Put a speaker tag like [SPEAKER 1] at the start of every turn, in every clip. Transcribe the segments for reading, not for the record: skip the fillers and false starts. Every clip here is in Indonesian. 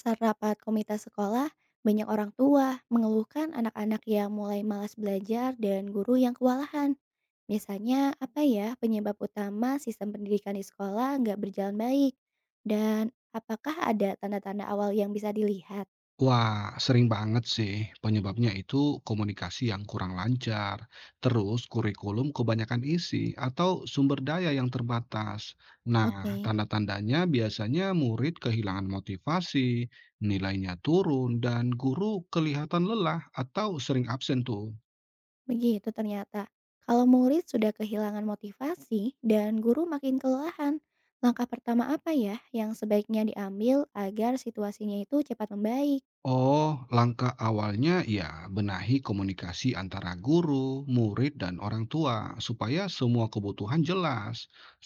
[SPEAKER 1] Saat rapat komunitas sekolah, banyak orang tua mengeluhkan anak-anak yang mulai malas belajar dan guru yang kewalahan. Biasanya apa ya penyebab utama sistem pendidikan di sekolah nggak berjalan baik? Dan apakah ada tanda-tanda awal yang bisa dilihat?
[SPEAKER 2] Wah, sering banget sih. Penyebabnya itu komunikasi yang kurang lancar, terus kurikulum kebanyakan isi, atau sumber daya yang terbatas. Nah,
[SPEAKER 1] Oke,
[SPEAKER 2] tanda-tandanya biasanya murid kehilangan motivasi, nilainya turun, dan guru kelihatan lelah atau sering absen tuh.
[SPEAKER 1] begitu ternyata. Kalau murid sudah kehilangan motivasi dan guru makin kelelahan, langkah pertama apa ya yang sebaiknya diambil agar situasinya itu cepat membaik?
[SPEAKER 2] Oh, langkah awalnya ya benahi komunikasi antara guru, murid, dan orang tua supaya semua kebutuhan jelas.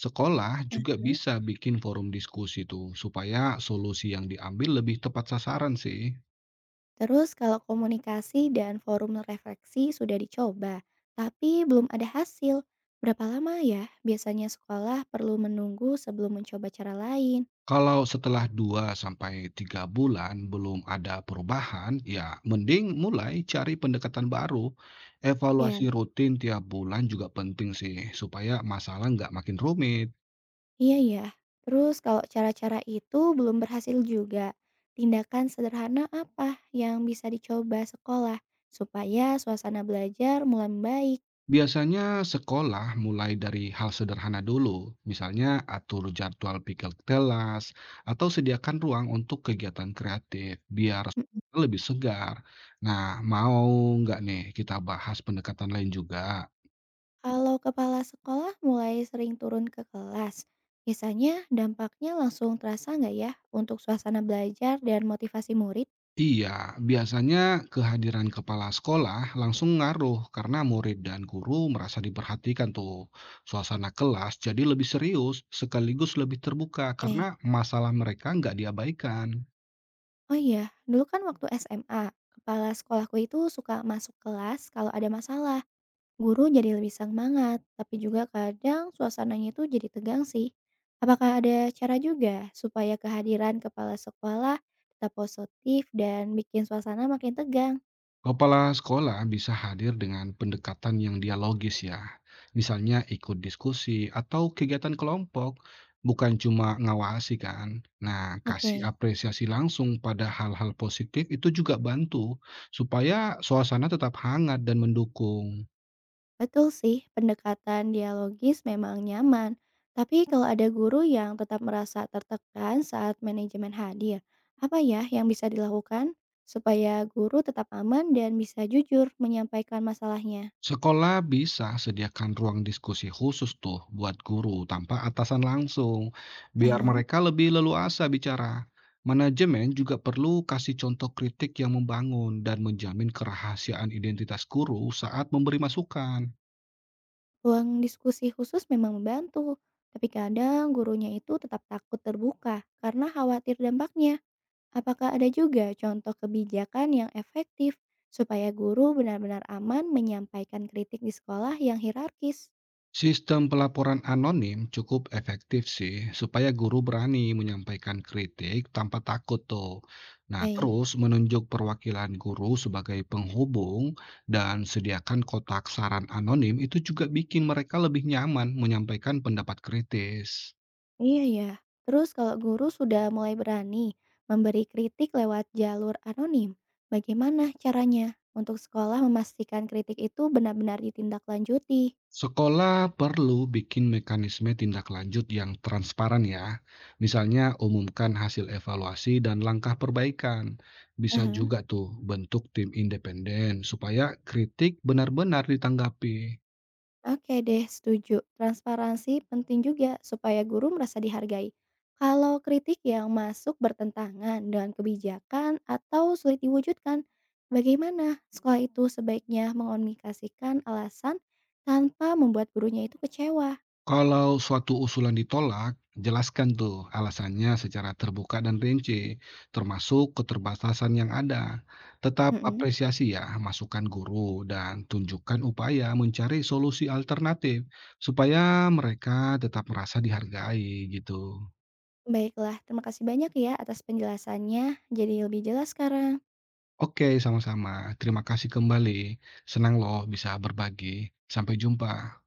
[SPEAKER 2] Sekolah juga bisa bikin forum diskusi tuh supaya solusi yang diambil lebih tepat sasaran sih.
[SPEAKER 1] Terus kalau komunikasi dan forum refleksi sudah dicoba, tapi belum ada hasil, berapa lama ya biasanya sekolah perlu menunggu sebelum mencoba cara lain?
[SPEAKER 2] Kalau setelah 2 sampai 3 bulan belum ada perubahan, ya mending mulai cari pendekatan baru.
[SPEAKER 1] Ya,
[SPEAKER 2] Evaluasi rutin tiap bulan juga penting sih supaya masalah nggak makin rumit.
[SPEAKER 1] iya ya. Terus kalau cara-cara itu belum berhasil juga, tindakan sederhana apa yang bisa dicoba sekolah supaya suasana belajar mulai membaik?
[SPEAKER 2] Biasanya sekolah mulai dari hal sederhana dulu, misalnya atur jadwal pikir kelas atau sediakan ruang untuk kegiatan kreatif biar lebih segar. Nah, mau nggak nih kita bahas pendekatan lain juga?
[SPEAKER 1] Kalau kepala sekolah mulai sering turun ke kelas, biasanya dampaknya langsung terasa nggak ya untuk suasana belajar dan motivasi murid?
[SPEAKER 2] Iya, biasanya kehadiran kepala sekolah langsung ngaruh karena murid dan guru merasa diperhatikan tuh. Suasana kelas jadi lebih serius sekaligus lebih terbuka karena
[SPEAKER 1] Oke,
[SPEAKER 2] masalah mereka nggak diabaikan.
[SPEAKER 1] oh iya, dulu kan waktu SMA, kepala sekolahku itu suka masuk kelas kalau ada masalah. Guru jadi lebih semangat, tapi juga kadang suasananya itu jadi tegang sih. Apakah ada cara juga supaya kehadiran kepala sekolah tetap positif dan bikin suasana makin tegang?
[SPEAKER 2] Kepala sekolah bisa hadir dengan pendekatan yang dialogis ya. Misalnya ikut diskusi atau kegiatan kelompok, bukan cuma ngawasi kan. Nah, kasih
[SPEAKER 1] Oke.
[SPEAKER 2] apresiasi langsung pada hal-hal positif itu juga bantu supaya suasana tetap hangat dan mendukung.
[SPEAKER 1] Betul sih, pendekatan dialogis memang nyaman. Tapi kalau ada guru yang tetap merasa tertekan saat manajemen hadir, apa ya yang bisa dilakukan supaya guru tetap aman dan bisa jujur menyampaikan masalahnya?
[SPEAKER 2] Sekolah bisa sediakan ruang diskusi khusus tuh buat guru tanpa atasan langsung, biar
[SPEAKER 1] Aha.
[SPEAKER 2] mereka lebih leluasa bicara. Manajemen juga perlu kasih contoh kritik yang membangun dan menjamin kerahasiaan identitas guru saat memberi masukan.
[SPEAKER 1] Ruang diskusi khusus memang membantu, tapi kadang gurunya itu tetap takut terbuka karena khawatir dampaknya. Apakah ada juga contoh kebijakan yang efektif supaya guru benar-benar aman menyampaikan kritik di sekolah yang hierarkis?
[SPEAKER 2] Sistem pelaporan anonim cukup efektif sih, supaya guru berani menyampaikan kritik tanpa takut tuh. Nah,
[SPEAKER 1] Baik,
[SPEAKER 2] terus menunjuk perwakilan guru sebagai penghubung dan sediakan kotak saran anonim itu juga bikin mereka lebih nyaman menyampaikan pendapat kritis.
[SPEAKER 1] iya ya. Terus kalau guru sudah mulai berani memberi kritik lewat jalur anonim, bagaimana caranya untuk sekolah memastikan kritik itu benar-benar ditindaklanjuti?
[SPEAKER 2] Sekolah perlu bikin mekanisme tindak lanjut yang transparan ya. Misalnya umumkan hasil evaluasi dan langkah perbaikan. Bisa
[SPEAKER 1] Aha.
[SPEAKER 2] juga tuh bentuk tim independen supaya kritik benar-benar ditanggapi.
[SPEAKER 1] Oke deh, setuju. Transparansi penting juga supaya guru merasa dihargai. Kalau kritik yang masuk bertentangan dengan kebijakan atau sulit diwujudkan, bagaimana sekolah itu sebaiknya mengomunikasikan alasan tanpa membuat gurunya itu kecewa?
[SPEAKER 2] Kalau suatu usulan ditolak, jelaskan tuh alasannya secara terbuka dan rinci, termasuk keterbatasan yang ada. Tetap
[SPEAKER 1] Mm-mm.
[SPEAKER 2] apresiasi ya masukan guru dan tunjukkan upaya mencari solusi alternatif supaya mereka tetap merasa dihargai gitu.
[SPEAKER 1] Baiklah, terima kasih banyak ya atas penjelasannya. Jadi lebih jelas sekarang.
[SPEAKER 2] Oke, sama-sama. Terima kasih kembali. Senang loh bisa berbagi. Sampai jumpa.